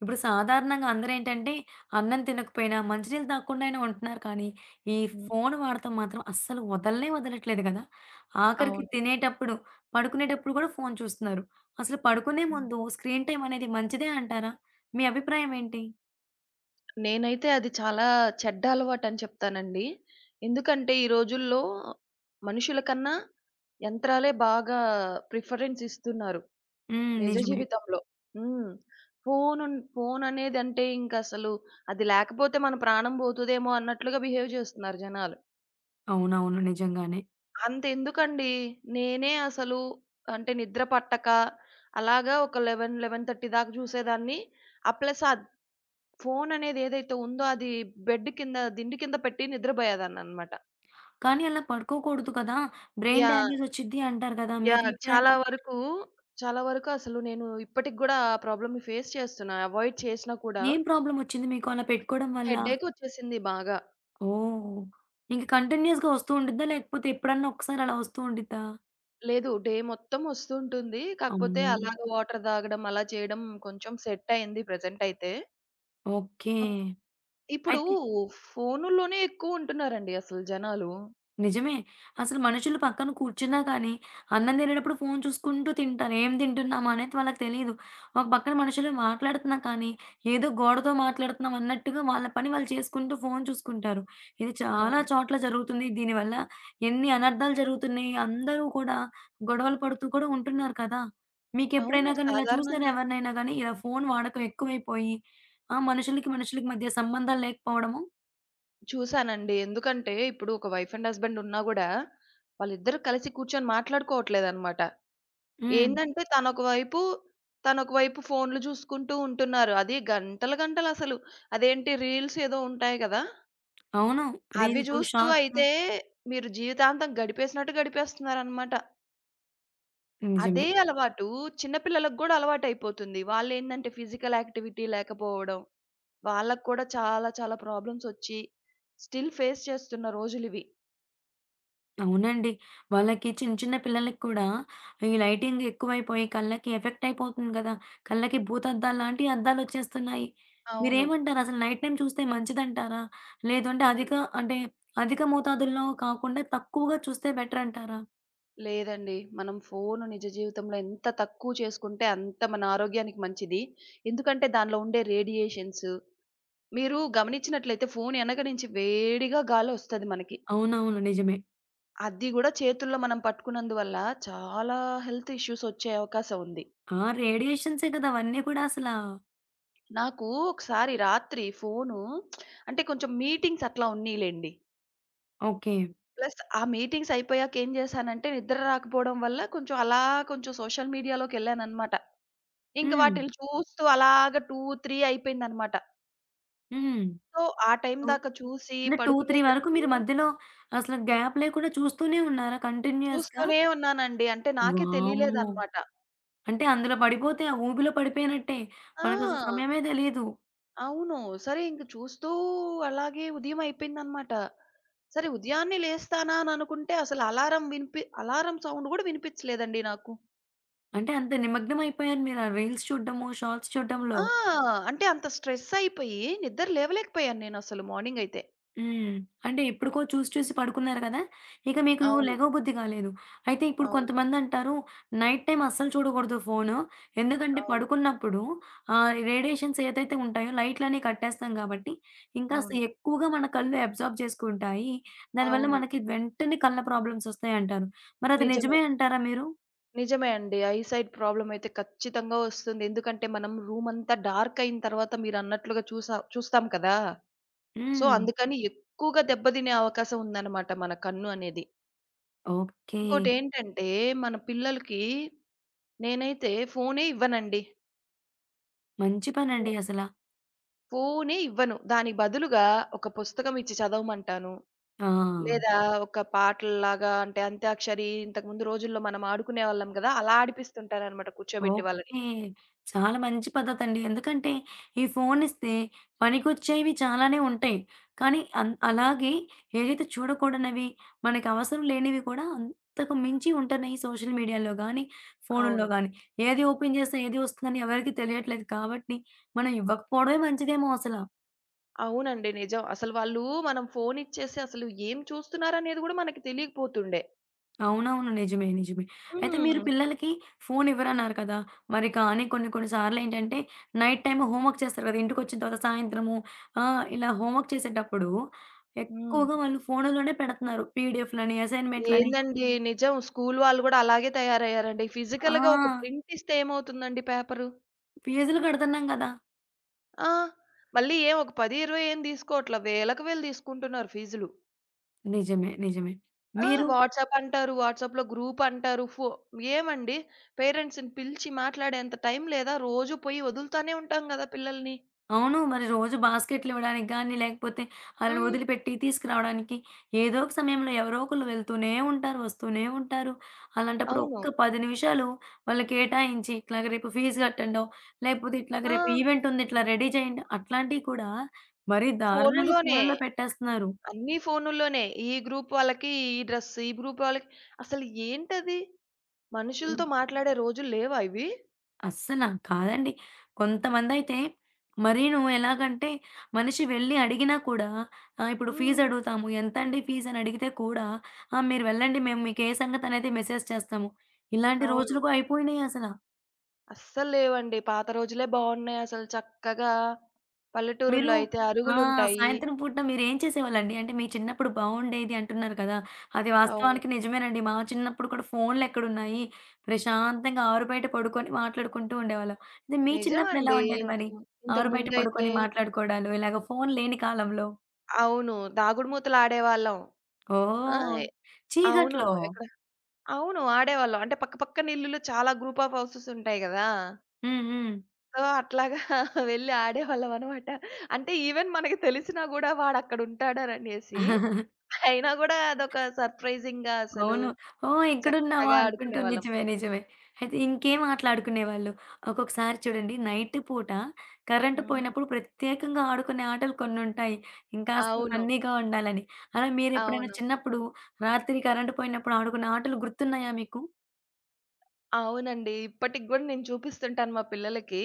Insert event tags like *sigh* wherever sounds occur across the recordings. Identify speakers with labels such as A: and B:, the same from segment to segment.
A: ఇప్పుడు సాధారణంగా అందరేంటంటే, అన్నం తినకపోయినా, మంచినీళ్ళు తాగకుండా అయినా ఉంటున్నారు కానీ, ఈ
B: హ్మ్.
A: ఫోను వాడటం మాత్రం అస్సలు వదలనే వదలట్లేదు కదా! ఆఖరికి
B: అవును.
A: తినేటప్పుడు, పడుకునేటప్పుడు కూడా ఫోను చూస్తున్నారు. అసలు పడుకునే
B: హ్మ్.
A: ముందు స్క్రీన్ టైమ్ అనేది మంచిదే అంటారా? మీ అభిప్రాయం ఏంటి?
B: నేనైతే అది చాలా చెడ్డ అలవాటని చెప్తానండి. ఎందుకంటే ఈ రోజుల్లో మనుషుల కన్నా యంత్రాలే బాగా ప్రిఫరెన్స్ ఇస్తున్నారు
A: హ్మ్.
B: నిజ
A: నిజమే.
B: జీవితంలో. హ్మ్. ఫోను ఫోననేది అంటే ఇంకసలు అది లేకపోతే మన ప్రాణం పోతదేమో అన్నట్లుగా బిహేవ్ చేస్తున్నారు జనాలు.
A: అవునవును. నిజంగానే.
B: అంతెందుకండి నేనే అసలు అంటే నిద్ర పట్టక అలాగా ఒక 11, 11:30 దాకా చూసేదాన్ని. ఆ ప్లస్ ఫోననేది ఏదైతే ఉందో అది బెడ్ కింద, దిండు కింద పెట్టి నిద్రబోయేదాన్ననమాట.
A: కానీ అలా పడుకోకూడదు కదా! Brain
B: yeah!
A: డ్యామేజ్ ఒచ్చిద్ది అంటారు కదా! మీకు
B: యాహ్!
A: ఎప్పుడైనా
B: చాలా వరకు అసలు నేను ఇప్పటికి గూడా ఆ ప్రాబ్లమ్‌ని ఫేస్ చేస్తున్నా. అవాయిడ్ చేసినా కూడా
A: ఏం ప్రాబ్లమ్ ఒచ్చింది మీకు అలా పెట్టుకోవడం వల్ల?
B: హెడ్‌ఏకొచ్చేసింది బాగా.
A: ఓహ్! ఇంక కంటిన్యూయస్‌గా వస్తూ ఉండిద్దా? లేకపోతే ఎప్పుడన్నా ఒకసారి అలా వస్తూ ఉండిద్దా?
B: లేదు, డే మొత్తం ఒస్తూంటుంది. కాకపోతే
A: అమ్మో!
B: అలాగా వాటర్ తాగడం, అలా చేయడం కొంచెం సెట్టయింది ప్రెజెంటయితే.
A: ఓకే.
B: అప్ ఇప్పుడు
A: అయితే
B: ఫోనుల్లోనే ఎక్కువుంటున్నారండి అసలు జనాలు.
A: నిజమే. అసలు మనుషులు పక్కన కూర్చున్నా కానీ, అన్నం తినేటప్పుడు ఫోను చూసుకుంటూ తింటారు. ఏం తింటున్నామా అనేది వాళ్ళకి తెలీదు. ఒక పక్కన మనుషులు మాట్లాడుతున్నా కానీ, ఏదో గోడతో మాట్లాడుతున్నాం అన్నట్టుగా వాళ్ళ పని వాళ్ళు చేసుకుంటూ ఫోను చూసుకుంటారు. ఇది చాలా
B: అవును.
A: చోట్ల జరుగుతుంది. దీనివల్ల ఎన్ని అనర్థాలు జరుగుతున్నాయి. అందరూ కూడా గొడవలు పడుతూ కూడా ఉంటున్నారు కదా!
B: అవును.
A: మీకెప్పుడైనా కానీ ఇలా చూసారా
B: సాధారణంగా
A: ఎవరినైనా గానీ, ఇలా ఫోను వాడకం ఎక్కువైపోయి, ఆ మనుషులకి, మనుషులకి మధ్య సంబంధాలు లేకపోవడము?
B: చూసానండి. ఎందుకంటే, ఇప్పుడు ఒక వైఫ్ అండ్ హస్బెండ్ ఉన్నా గూడా, వాళ్ళిద్దరూ కలిసి కూర్చొని మాట్లాడుకోవట్లేదనమాట.
A: హ్మ్.
B: ఏందంటే, తనొక వైపు ఫోన్‌లు జూసుకుంటూ ఉంటున్నారు. అది గంటలు గంటలసలు. అదేంటి రీల్స్ ఏదో ఉంటాయి గదా!
A: అవును.
B: అవి
A: రీల్సు,
B: జూస్తూ
A: షార్ట్సు.
B: అయితే, మీరు జీవితాంతం గడిపేసినట్టు గడిపేస్తున్నారనమాట.
A: నిజమే.
B: అదే అలవాటు చిన్న పిల్లలకు గూడా అలవాటయిపోతుంది. వాళ్ళేందంటే, ఫిజికల్ యాక్టివిటీ లేకపోవడం, వాళ్ళకి కూడా చాలా చాలా ప్రాబ్లమ్సొచ్చి, స్టిల్ ఫేస్ చేస్తున్న రోజులివి.
A: అవునండి. వాళ్ళకి చిన్న చిన్న పిల్లలకి కూడా ఈ లైటింగ్ ఎక్కువైపోయి కళ్ళకి ఎఫెక్ట్ అయిపోతుంది కదా! కళ్ళకి భూతద్దాలు లాంటి అద్దాలొచ్చేస్తున్నాయి.
B: అవును.
A: మీరేమంటారు? అసలు నైట్ టైమ్ చూస్తే మంచిదంటారా? లేదు అంటే అధిక మోతాదుల్లో కాకుండా తక్కువగా చూస్తే బెటర్ అంటారా?
B: లేదండి, మనం ఫోను నిజ జీవితంలో ఎంత తక్కువ చేసుకుంటే అంత మన ఆరోగ్యానికి మంచిది. ఎందుకంటే దానిలో ఉండే రేడియేషన్స్ మీరు గమనించినట్లయితే ఫోను ఎనక నుంచి వేడిగా గాలోస్తది మనకి.
A: అవునవును. నిజమే.
B: అది గూడా చేతుల్లో మనం పట్టుకున్నందువల్ల చాలా హెల్త్ ఇష్యూస్ వచ్చే అవకాశం ఉంది.
A: ఆ! రేడియేషన్సే కదా! అవన్నీ కూడా అసలా.
B: నాకు ఒకసారి రాత్రి ఫోను అంటే కొంచెం మీటింగ్స్ అట్లా ఉన్నీలెండి.
A: ఓకే.
B: ప్లస్ ఆ మీటింగ్స్ అయిపోయాక ఏం జేశానంటే నిద్ర రాకపోవడం వల్ల కొంచెం సోషల్ మీడియాలోకెళ్ళాననమాట. ఇంక
A: హ్మ్.
B: వాటిల్ని చూస్తూ అలాగా 2, 3 అయిపోయిందనమాట.
A: హ్మ్.
B: సో, ఆ టైం
A: టూ
B: దాకా చూసి
A: అంటే 2, 3 వరకు
B: పడుకునేసరికి
A: మీరు మధ్యలో అసలు గ్యాప్ లేకుండా చూస్తూనే ఉన్నారా కంటిన్యూయస్‌గా?
B: చూస్తూనే ఉన్నానండి. అంటే నాకే
A: వామ్మో!
B: తెలియలేదనమాట.
A: అంటే అందులో పడిపోతే, ఆ ఊబిలో పడిపోయినట్టే. మనకసలు
B: ఆ!
A: సమయమే తెలీదు.
B: అవును. సరే ఇంక చూస్తూ అలాగే ఉదయం అయిపోయిందనమాట. సరే ఉదయాన్నే లేస్తానా అననుకుంటే అసలు అలారం సౌండ్ గూడా వినిపించలేదండి నాకు.
A: అంటే అంత నిమగ్నం అయిపోయారు మీరు ఆ రీల్స్ చూడడము, షార్ట్స్ చూడడంలో.
B: ఆ! అంటే అంత స్ట్రెస్ అయిపోయి నిద్ర లేవలేకపోయాను నేనసలు మార్నింగయితే.
A: హ్మ్. అంటే ఎప్పటికో చూసి చూసి పడుకున్నారు కదా! ఇక మీకు
B: అవును.
A: లెగవబుద్ధి కాలేదు. అయితే ఇప్పుడు
B: అవును.
A: కొంతమందంటారు నైట్ టైమ్ అస్సలు చూడకూడదు ఫోను. ఎందుకంటే
B: అవును.
A: పడుకున్నప్పుడు ఆహ్, రేడియేషన్స్ ఏదైతే ఉంటాయో లైట్‌లన్నీ కట్టేస్తాం కాబట్టి, ఇంకాస్త
B: అవును.
A: ఎక్కువగా మన కళ్ళు అబ్జార్బ్ చేసుకుంటాయి. దానివల్ల
B: అవును.
A: మనకి వెంటనే కళ్ళ ప్రాబ్లమ్స్ వస్తాయంటారు. మరది నిజమే
B: నిజమే.
A: అంటారా మీరు?
B: నిజమే అండి. ఐ సైట్ ప్రాబ్లమ్ అయితే ఖచ్చితంగా వస్తుంది. ఎందుకంటే మనం రూమ్ అంతా డార్క్ అయిన తర్వాత మీరన్నట్లుగా చూస్తాం కదా! సో,
A: హ్మ్.
B: అందుకని ఎక్కువగా దెబ్బతినే అవకాశం ఉందన్నమాట మన కన్ను అనేది.
A: ఓకే.
B: ఇంకోటేంటంటే మన పిల్లలకి నేనైతే ఫోనే ఇవ్వనండి.
A: మంచి
B: ఫో
A: పనండి అసల.
B: ఫోనే ఇవ్వను. దానికి బదులుగా ఒక పుస్తకం ఇచ్చి చదవమంటాను.
A: ఆ!
B: లేదా ఒక పాటల్లాగా అంటే అంత్యాక్షరి ఇంతకుముందు రోజుల్లో మనం ఆడుకునేవాళ్ళం గదా! అలా ఆడిపిస్తుంటానన్నమాట కూర్చోబెట్టి వాళ్ళని.
A: ఓకే. చాలా మంచి పద్ధతండి. ఎందుకంటే, ఈ ఫోనిస్తే పనికొచ్చేవి చాలానే ఉంటాయి. కానీ, అన్ అలాగే ఏదైతే చూడకూడనివి, మనకి అవసరం లేనివి కూడా అంతకు మించి ఉంటున్నాయి సోషల్ మీడియాలో గానీ, ఫోనుల్లో
B: అవును.
A: గానీ. ఏది ఓపెన్ చేస్తే ఏది వస్తుందని ఎవరికీ తెలియట్లేదు కాబట్టి, మనం ఇవ్వకపోవడమే మంచిదేమో అసల.
B: అవునండి, నిజం. అసలు వాళ్ళు మనం ఫోను ఇచ్చేసి అసలు ఏం చూస్తున్నారనేది గూడా మనకి తెలియకపోతుండే.
A: అవునవును. నిజమే. నిజమే. అయితే మీరు
B: హ్మ్.
A: పిల్లలకి ఫోను ఇవ్వరన్నారు కదా! మరి కానీ కొన్ని కొన్ని సార్లేంటంటే నైట్ టైమ్ హోంవర్క్ చేస్తారు కదా! ఇంటికొచ్చిన తర్వాత సాయంత్రము ఆహ్, ఇలా హోంవర్క్ చేసేటప్పుడు
B: హ్మ్.
A: ఎక్కువగా వాళ్ళు ఫోనులోనే పెడుతున్నారు. పీడీఎఫ్‌లని, అసైన్‌మెంట్‌లని.
B: ఏందండి నిజం. స్కూలు వాళ్ళు గూడా అలాగే తయారయ్యారండి.
A: ఆ!
B: ఫిజికల్‌గా ఒక ప్రింట్ ఇస్తే ఏమవుతుందండి పేపరు?
A: ఫీజులు కడుతున్నాం కదా!
B: ఆ! మళ్ళీ ఏం ఒక 10, 20 ఏం తీసుకోవట్లా. వేలకు వేలు తీసుకుంటున్నారు ఫీజులు.
A: నిజమే. నిజమే.
B: ఆ!
A: మీరు
B: వాట్సాప్ అంటారు. వాట్సాప్‌లో గ్రూప్ అంటారు. ఏమండి పేరెంట్స్‌ని పిలిచి మాట్లాడేంత టైం లేదా? రోజు పోయి వదులుతానే ఉంటాం గదా పిల్లల్ని.
A: అవును. మరి రోజు బాస్కెట్లివ్వడానికి గానీ, లేకపోతే ఆళ్ళని
B: హ్మ్.
A: వదిలిపెట్టి తీసుకురావడానికి ఏదో ఒక సమయంలో ఎవరో ఒకళ్ళు వెళ్తూనే ఉంటారు, వస్తూనే ఉంటారు. అలాంటప్పుడు
B: అవును.
A: ఒక్క 10 నిమిషాలు వాళ్ళకి కేటాయించి, ఇట్లాగ రేపు ఫీజు కట్టండో, లేకపోతే ఇట్లాగ
B: ఆ!
A: రేపు ఈవెంటుంది ఇట్లా రెడీ చేయండి అట్లాంటియి కూడా మరీ దారుణంగా
B: ఫోనులోనే.
A: ఫోనుల్లో పెట్టేస్తున్నారు.
B: అన్నీ ఫోనుల్లోనే. ఈ గ్రూప్ వాళ్ళకి ఈ డ్రెస్, ఈ గ్రూప్ వాళ్ళకి అసలు ఏంటది? మనుషులతో మాట్లాడే రోజులు లేవా ఇవి?
A: అస్సల కాదండి. కొంతమందైతే మరీను ఎలాగంటే మనిషి వెళ్లి అడిగినా కూడా ఆహ్, ఇప్పుడు
B: హ్మ్.
A: ఫీజడుగుతాము. ఎంతండి ఫీజ్ అని అడిగితే కూడా, "ఆ! మీరు వెళ్ళండి. మేము మీకు ఏ సంగతనేది మెసేజ్ చేస్తాము." ఇలాంటి
B: అవును.
A: రోజులు కూడా అయిపోయినాయసల.
B: అస్సలు లేవండి. పాత రోజులే బావున్నాయసలు చక్కగా.
A: మీరు
B: పల్లెటూరుల్లో అయితే
A: ఆ!
B: అరుగులుంటాయి.
A: సాయంత్రం పూట మీరేం చేసేవాళ్ళండి? అంటే మీ చిన్నప్పుడు బావుండేది అంటున్నారు కదా! అది
B: అవును.
A: వాస్తవానికి నిజమేనండి. మా చిన్నప్పుడు కూడా ఫోన్‌లెక్కడున్నాయి. ప్రశాంతంగా ఆరు బయట పడుకొని మాట్లాడుకుంటూ ఉండేవాళ్ళం. ఇది మీ చిన్నప్పుడు ఎలా
B: నిజమండి.
A: ఉండేది
B: ఇంతకు
A: మరి?
B: ము ఇంతకు
A: ఆరు బయట
B: ముందైతే
A: పడుకొని మాట్లాడుకోవడాలు ఇలాగ ఫోను లేని కాలంలో?
B: అవును. దాగుడు మూతలాడేవాళ్ళం. ఆ!
A: ఓహ్!
B: అవును.
A: చీకట్లో.
B: ఎక్కడ అవును. ఆడేవాళ్ళం. అంటే పక్క పక్కన ఇల్లులు చాలా గ్రూప్ ఆఫ్ హౌసెస్ ఉంటాయి గదా!
A: హ్మ్. హ్మ్.
B: సో, అట్లాగా *laughs* వెళ్లి ఆడేవాళ్ళమనమాట. అంటే ఈవెన్ మనకి తెలిసినా గూడా వాడక్కడుంటాడననేసి,
A: *laughs*
B: అయినా గూడా అదొక సర్‌ప్రైజింగ్‌గా అసలు
A: అవును. ఓహ్! ఎక్కడున్నావా
B: చక్కగా
A: అనుకుంటూ
B: ఆడుకునేవాళ్ళం.
A: నిజమే. నిజమే. అయితే ఇంకేం ఆటలాడుకునేవాళ్ళు? ఒక్కొక్కసారి చూడండి నైట్ పూట కరెంట్
B: హ్మ్.
A: పోయినప్పుడు ప్రత్యేకంగా ఆడుకునే ఆటలు కొన్నుంటాయి. ఇంకాస్త
B: అవును.
A: ఫన్నీగా ఉండాలని. అలా మీరెప్పుడైనా
B: అవును.
A: చిన్నప్పుడు రాత్రి కరెంట్ పోయినప్పుడు ఆడుకున్న ఆటలు గుర్తున్నాయా మీకు?
B: అవునండి, ఇప్పటికి గూడా నేను చూపిస్తుంటాను మా పిల్లలకి.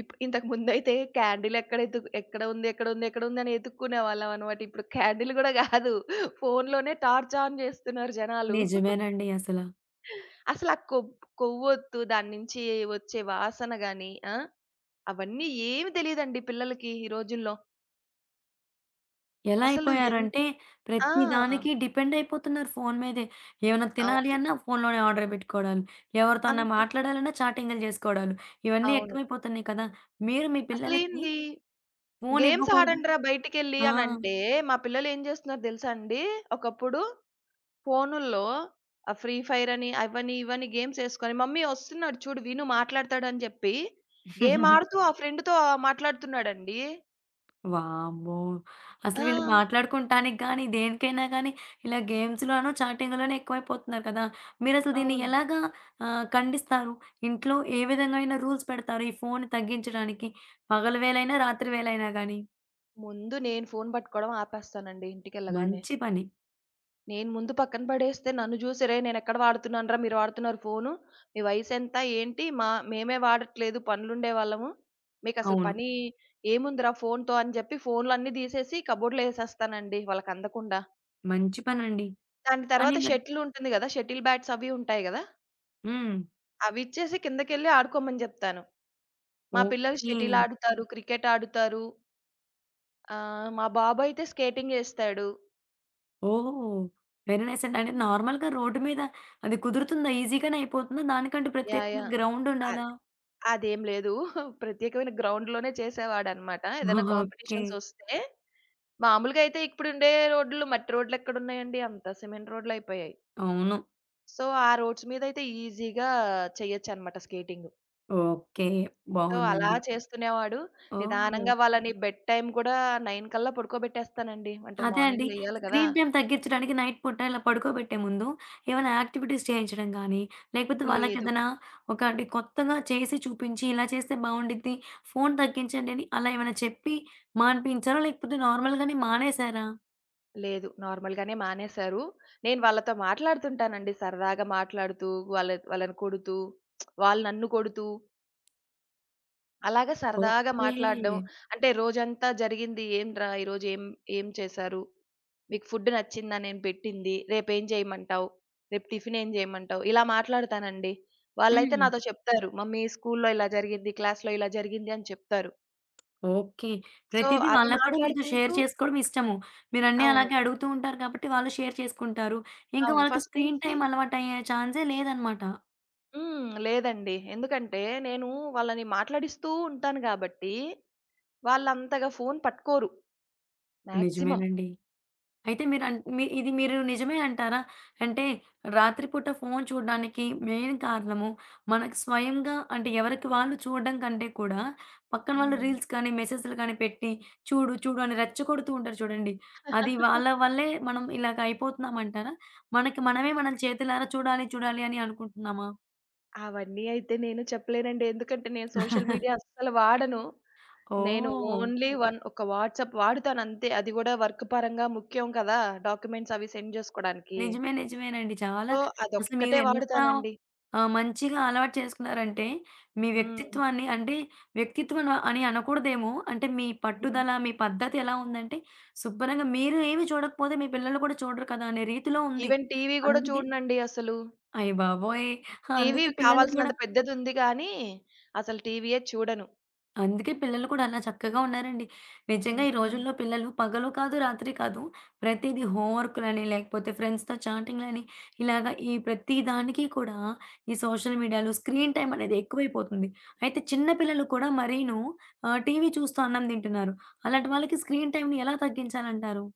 B: ఇంతకు ముందైతే క్యాండిల్ ఎక్కడ ఉంది, ఎక్కడ ఉంది, ఎక్కడ ఉందని ఎతుక్కునేవాళ్ళం అనమాట. ఇప్పుడు క్యాండిల్ గూడా గాదు. ఫోనులోనే టార్చ్ ఆన్ జేస్తున్నారు జనాలు. *laughs*
A: నిజమేనండి అసల.
B: అసలా కొబ్ కొవ్వొత్తు దాని నుంచి వచ్చే వాసన గాని ఆ! అవన్నీ ఏమి తెలీదండి పిల్లలకి ఈ రోజుల్లో.
A: ఎలా
B: అసలు ఎన్
A: అయిపోయారంటే,
B: ఆ!
A: ప్రతి దానికి డిపెండ్ అయిపోతున్నారు ఫోను మీదే. ఏమన్నా తినాలి
B: అవును.
A: అన్నా ఫోనులోనే ఆర్డర్ పెట్టుకోవడాలు, ఎవరితో అన్నా
B: అంతే.
A: మాట్లాడాలన్నా చాటింగులు చేసుకోవడాలు, ఇవన్నీ
B: అవును.
A: ఎక్కువైపోతున్నాయి కదా! మీరు మీ పిల్లలకి
B: అసలేంది
A: ఫోను
B: గేమ్స్
A: ఇవ్వకూడదు
B: ఆడండిరా బయటికెళ్ళి
A: ఆ!
B: అనంటే, మా పిల్లలేం జేస్తున్నారు దెలుసా అండి? ఒకప్పుడు ఫోనుల్లో ఆ ఫ్రీ ఫైర్ అని, అవని, ఇవని గేమ్స్ యేసుకొని, "మమ్మీ ఒస్తున్నాడు చూడు విను మాట్లాడతాడని" జెప్పి, గేమ్
A: *laughs*
B: ఆడుతూ ఆ ఫ్రెండ్‌తో మాట్లాడుతున్నాడండి.
A: వామ్మో! అసలు
B: ఆ!
A: వీళ్ళు మాట్లాడుకుంటానికి గాని, దేనికైనా గాని ఇలా గేమ్స్‌లోనూ, చాటింగ్‌లోనే ఎక్కువైపోతున్నారు కదా! మీరసలు దీన్ని
B: అవును.
A: ఎలాగా ఆహ్, ఖండిస్తారు? ఇంట్లో ఏ విధంగా అయినా రూల్స్ పెడతారు? ఈ ఫోను తగ్గించడానికి పగలు వేళైనా, రాత్రి వేళైనా గాని?
B: ముందు నేను ఫోను పట్టుకోవడం ఆపేస్తానండి ఇంటికెళ్ళగానే.
A: మంచి పని.
B: నేను ముందు పక్కన పడేస్తే నన్ను చూసి, "రేయ్! నేనెక్కడ వాడుతున్నానురా మీరు వాడుతున్నారు ఫోను. మీ వయసెంత? ఏంటి? మేమే వాడట్లేదు పనులుండేవాళ్ళము. మీకసలు
A: అవును.
B: పని ఏముందిరా ఫోనుతో" అని జెప్పి ఫోనులన్నీ దీసేసి కబోర్డ్‌లో యేసేస్తానండి వాళ్ళకందకుండా.
A: మంచి పనండి.
B: దాని
A: అని
B: తర్వాత
A: మరి
B: షటిల్ ఉంటుంది గదా! షటిల్ బ్యాట్స్ అవి ఉంటాయి గదా!
A: హ్మ్.
B: అవిచ్చేసి కిందకెళ్ళి ఆడుకోమని జెప్తాను. మా పిల్లలు
A: ఓకే.
B: షటిల్ ఆడుతారు, క్రికెట్ ఆడుతారు. ఆహ్, మా బాబయితే స్కేటింగ్ జేస్తాడు.
A: ఓహ్! వెరీ నైస్ అండి. అంటే నార్మల్‌గా రోడ్డు మీద అది కుదురుతుందా? ఈజీగానే అయిపోతుందా? దానికంటూ
B: యాహ్!
A: ప్రత్యేకంగా
B: యాహ్!
A: గ్రౌండ్
B: అ
A: ఉండాలా?
B: అదేం లేదు. *laughs* ప్రత్యేకమైన గ్రౌండ్‌లోనే చేసేవాడనమాట ఏదైనా
A: ఓకే.
B: కాంపిటీషన్సొస్తే. మామూలుగా అయితే ఇప్పుడుండే రోడ్లు మట్టి రోడ్లెక్కడున్నాయండి? అంతా సిమెంట్ రోడ్లయిపోయాయి.
A: అవును.
B: సో, ఆ రోడ్స్ మీదయితే ఈజీగా చేయొచ్చనమాట స్కేటింగు.
A: ఓకే.
B: సో, అలా
A: బావుందండి.
B: చేస్తునేవాడు.
A: ఓహ్!
B: నిదానంగా వాళ్ళని బెడ్ టైమ్ కూడా 9 కల్లా పడుకోబెట్టేస్తానండి. అంటే
A: అదే అండి.
B: మార్నింగ్ లెయ్యాలి కదా!
A: స్క్రీన్ టైమ్ తగ్గించడానికి నైట్ పూట ఇలా పడుకోబెట్టే ముందు ఏమైనా యాక్టివిటీస్ చేయించడం గానీ, లేకపోతే
B: లేదు.
A: వాళ్ళకేదైనా ఒకటి కొత్తగా చేసి చూపించి, ఇలా చేస్తే బావుండిద్ది, ఫోను తగ్గించండి అని అలా ఏమైనా చెప్పి మాన్పించారా? లేకపోతే నార్మల్‌గానే మానేసారా?
B: లేదు, నార్మల్‌గానే మానేశారు. నేను వాళ్ళతో మాట్లాడుతుంటానండి సరదాగా మాట్లాడుతూ, వాళ్ళ వాళ్ళని కొడుతూ, వాళ్ళు నన్ను కొడుతూ అలాగా సరదాగా మాట్లాడడం.
A: ఓకే.
B: అంటే రోజంతా జరిగింది ఏంట్రా ఈరోజు ఏం ఏం చేశారు? మీకు ఫుడ్ నచ్చిందా నేను పెట్టింది? రేపేం చేయమంటావు? రేపు టిఫిన్ ఏం చేయమంటావు? ఇలా మాట్లాడతానండి. వాళ్ళైతే
A: హ్మ్.
B: నాతో చెప్తారు. మమ్మీ స్కూల్లో ఇలా జరిగింది, క్లాస్‌లో ఇలా జరిగింది అని చెప్తారు.
A: ఓకే.
B: సో,
A: ప్రతీదీ ఓకే.
B: అవి
A: వాళ్ళకి కూడా మీతో షేర్
B: మాట్లాడుకుంటూ
A: చేసుకోవడం ఇష్టము. మీరన్నీ
B: అవును.
A: అలాగే అడుగుతూ ఉంటారు కాబట్టి వాళ్ళు షేర్ చేసుకుంటారు. ఇంకా
B: అవును.
A: వాళ్ళకి
B: ఫస్ట్
A: స్క్రీన్
B: నుంచి
A: టైమ్ అలవాటయ్యే ఛాన్సే లేదనమాట.
B: హ్మ్. లేదండి, ఎందుకంటే నేను వాళ్ళని మాట్లాడిస్తూ ఉంటాను గాబట్టి, వాళ్ళంతగా ఫోను పట్టుకోరు. మాక్సిమం.
A: నిజమేనండి. అయితే మీరన్ మీ ఇది మీరు నిజమే అంటారా? అంటే రాత్రిపూట ఫోను చూడడానికి మెయిన్ కారణము మనకు స్వయంగా అంటే ఎవరికి వాళ్ళు చూడడం కంటే కూడా పక్కన వాళ్ళు రీల్స్ కానీ, మెసేజ్‌లు కానీ పెట్టి చూడు, చూడు అని రెచ్చగొడుతూ ఉంటారు చూడండి.
B: *laughs*
A: అది
B: హ్మ్.
A: వాళ్ళ వల్లే మనం ఇలాగ అయిపోతున్నామంటారా? మనకి మనమే మనం చేతులారా చూడాలి, చూడాలి అని అనుకుంటున్నామా?
B: అవన్నీ అయితే నేను చెప్పలేనండి. ఎందుకంటే నేను సోషల్ మీడియా
A: *laughs*
B: అస్సలు వాడను. నేను
A: ఓహ్!
B: ఓన్లీ వన్ ఒక వాట్సాప్ వాడుతానంతే. అది గూడా వర్క్ పరంగా ముఖ్యం కదా! డాక్యుమెంట్స్ అవి సెండ్ జేసుకోడానికి.
A: నిజమే. నిజమేనండి. చాలా
B: సో,
A: అసలు
B: అదొక్కటే
A: మీరెంత
B: వాడుతానండి.
A: ఆహ్, మంచిగా అలవాటు చేసుకున్నారంటే, మీ
B: హ్మ్.
A: వ్యక్తిత్వాన్ని అంటే వ్యక్తిత్వం అని అనకూడదేమో, అంటే మీ
B: హుహు.
A: పట్టుదల, మీ పద్ధతి ఎలా ఉందంటే, శుభ్రంగా మీరు ఏమి చూడకపోతే మీ పిల్లలు కూడా చూడరు కదా! అనే రీతిలో ఉంది.
B: ఈవెన్ టీవీ గూడా
A: అందుకే
B: చూడనండి అసలు.
A: అయ్య బాబోయ్!
B: టీవీ
A: అందుకే పిల్లలు కూడా
B: కావాల్సినంత పెద్దదుంది గానీ, అసలు టీవీయే చూడను.
A: అందుకే పిల్లలు కూడా అలా చక్కగా ఉన్నారండి. నిజంగా ఈ
B: హ్మ్.
A: రోజుల్లో పిల్లలు పగలు కాదు, రాత్రి కాదు. ప్రతీదీ హోంవర్క్‌లని, లేకపోతే ఫ్రెండ్స్‌తో చాటింగ్‌లని ఇలాగ ఈ ప్రతి దానికి కూడా ఈ సోషల్ మీడియాలో స్క్రీన్ టైమ్ అనేది ఎక్కువైపోతుంది. అయితే చిన్న పిల్లలు కూడా మరీను ఆహ్, టీవీ చూస్తూ అన్నం తింటున్నారు. అలాంటి వాళ్ళకి స్క్రీన్ టైమ్‌ని ఎలా తగ్గించాలంటారు?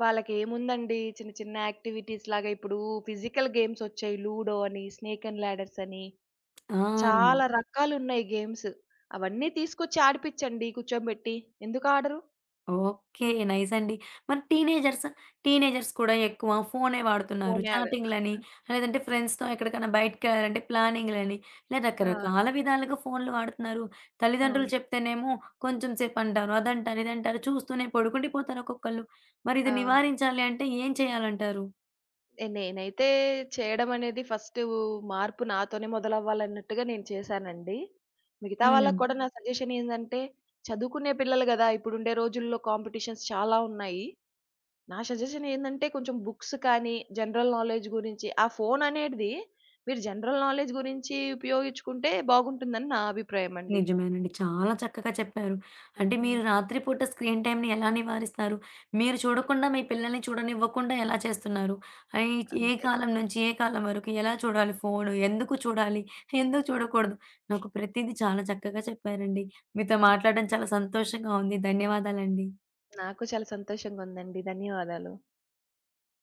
B: వాళ్ళకేముందండి చిన్న చిన్న యాక్టివిటీస్ లాగా ఇప్పుడు ఫిజికల్ గేమ్స్ ఒచ్చాయి. లూడో అని, స్నేక్ అండ్ లాడర్స్ అని.
A: ఆ!
B: చాలా అవును, రకాలున్నాయి గేమ్స్. అవన్నీ తీసుకొచ్చి ఆడిపిచ్చండి కూర్చోబెట్టి. ఎందుకు ఆడరు?
A: ఓకే. నైస్ అండి. మరి టీనేజర్స్, టీనేజర్స్ కూడా ఎక్కువ ఫోనే వాడుతున్నారు.
B: ఫోనే ఆడ
A: చాటింగ్‌లని, లేదంటే ఫ్రెండ్స్‌తో ఎక్కడికైనా బయటికెళ్ళాలంటే ప్లానింగ్‌లని, ఇలా
B: అవును.
A: రకరకాల విధాలుగా ఫోన్‌లు వాడుతున్నారు. తల్లిదండ్రులు
B: అవును.
A: చెప్తేనేమో కొంచెం సేపంటారు, అదంటారు, ఇదంటారు చూస్తూనే పడుకుండిపోతారు ఒక్కొక్కళ్ళు. మరి ఇది
B: అవును.
A: నివారించాలి అంటే ఏం చేయాలంటారు?
B: నేనైతే చేయడం అనేది ఫస్టు మార్పు నాతోనే మొదలవ్వాలన్నట్టుగా నేను చేశానండి. మిగతా
A: హ్మ్.
B: వాళ్ళకి కూడా నా సజెషన్ ఏందంటే, చదువుకునే పిల్లలు గదా! ఇప్పుడుండే రోజుల్లో కాంపిటీషన్స్ చాలా ఉన్నాయి. నా సజెషన్ ఏందంటే, కొంచెం బుక్స్ కానీ, జనరల్ నాలెడ్జ్ గురించి ఆ ఫోను అనేది మీరు జనరల్ నాలెడ్జ్ గురించి ఉపయోగించుకుంటే బాగుంటుందని నా అభిప్రాయమండి.
A: నిజమేనండి. చాలా చక్కగా చెప్పారు. అంటే మీరు
B: హ్మ్.
A: రాత్రి పూట స్క్రీన్ టైమ్‌ని ఎలా నివారిస్తారు? మీరు చూడకుండా మీ పిల్లల్ని చూడనివ్వకుండా ఎలా చేస్తున్నారు? ఆహ్, ఈ ఏ
B: అంతే.
A: కాలం నుంచి ఏ కాలం వరకు ఎలా చూడాలి ఫోను? ఎందుకు చూడాలి? ఎందుకు చూడకూడదు? నాకు ప్రతీదీ చాలా చక్కగా చెప్పారండి. మీతో మాట్లాడడం చాలా సంతోషంగా ఉంది. ధన్యవాదాలండి.
B: నాకు చాలా సంతోషంగుందండి. ధన్యవాదాలు.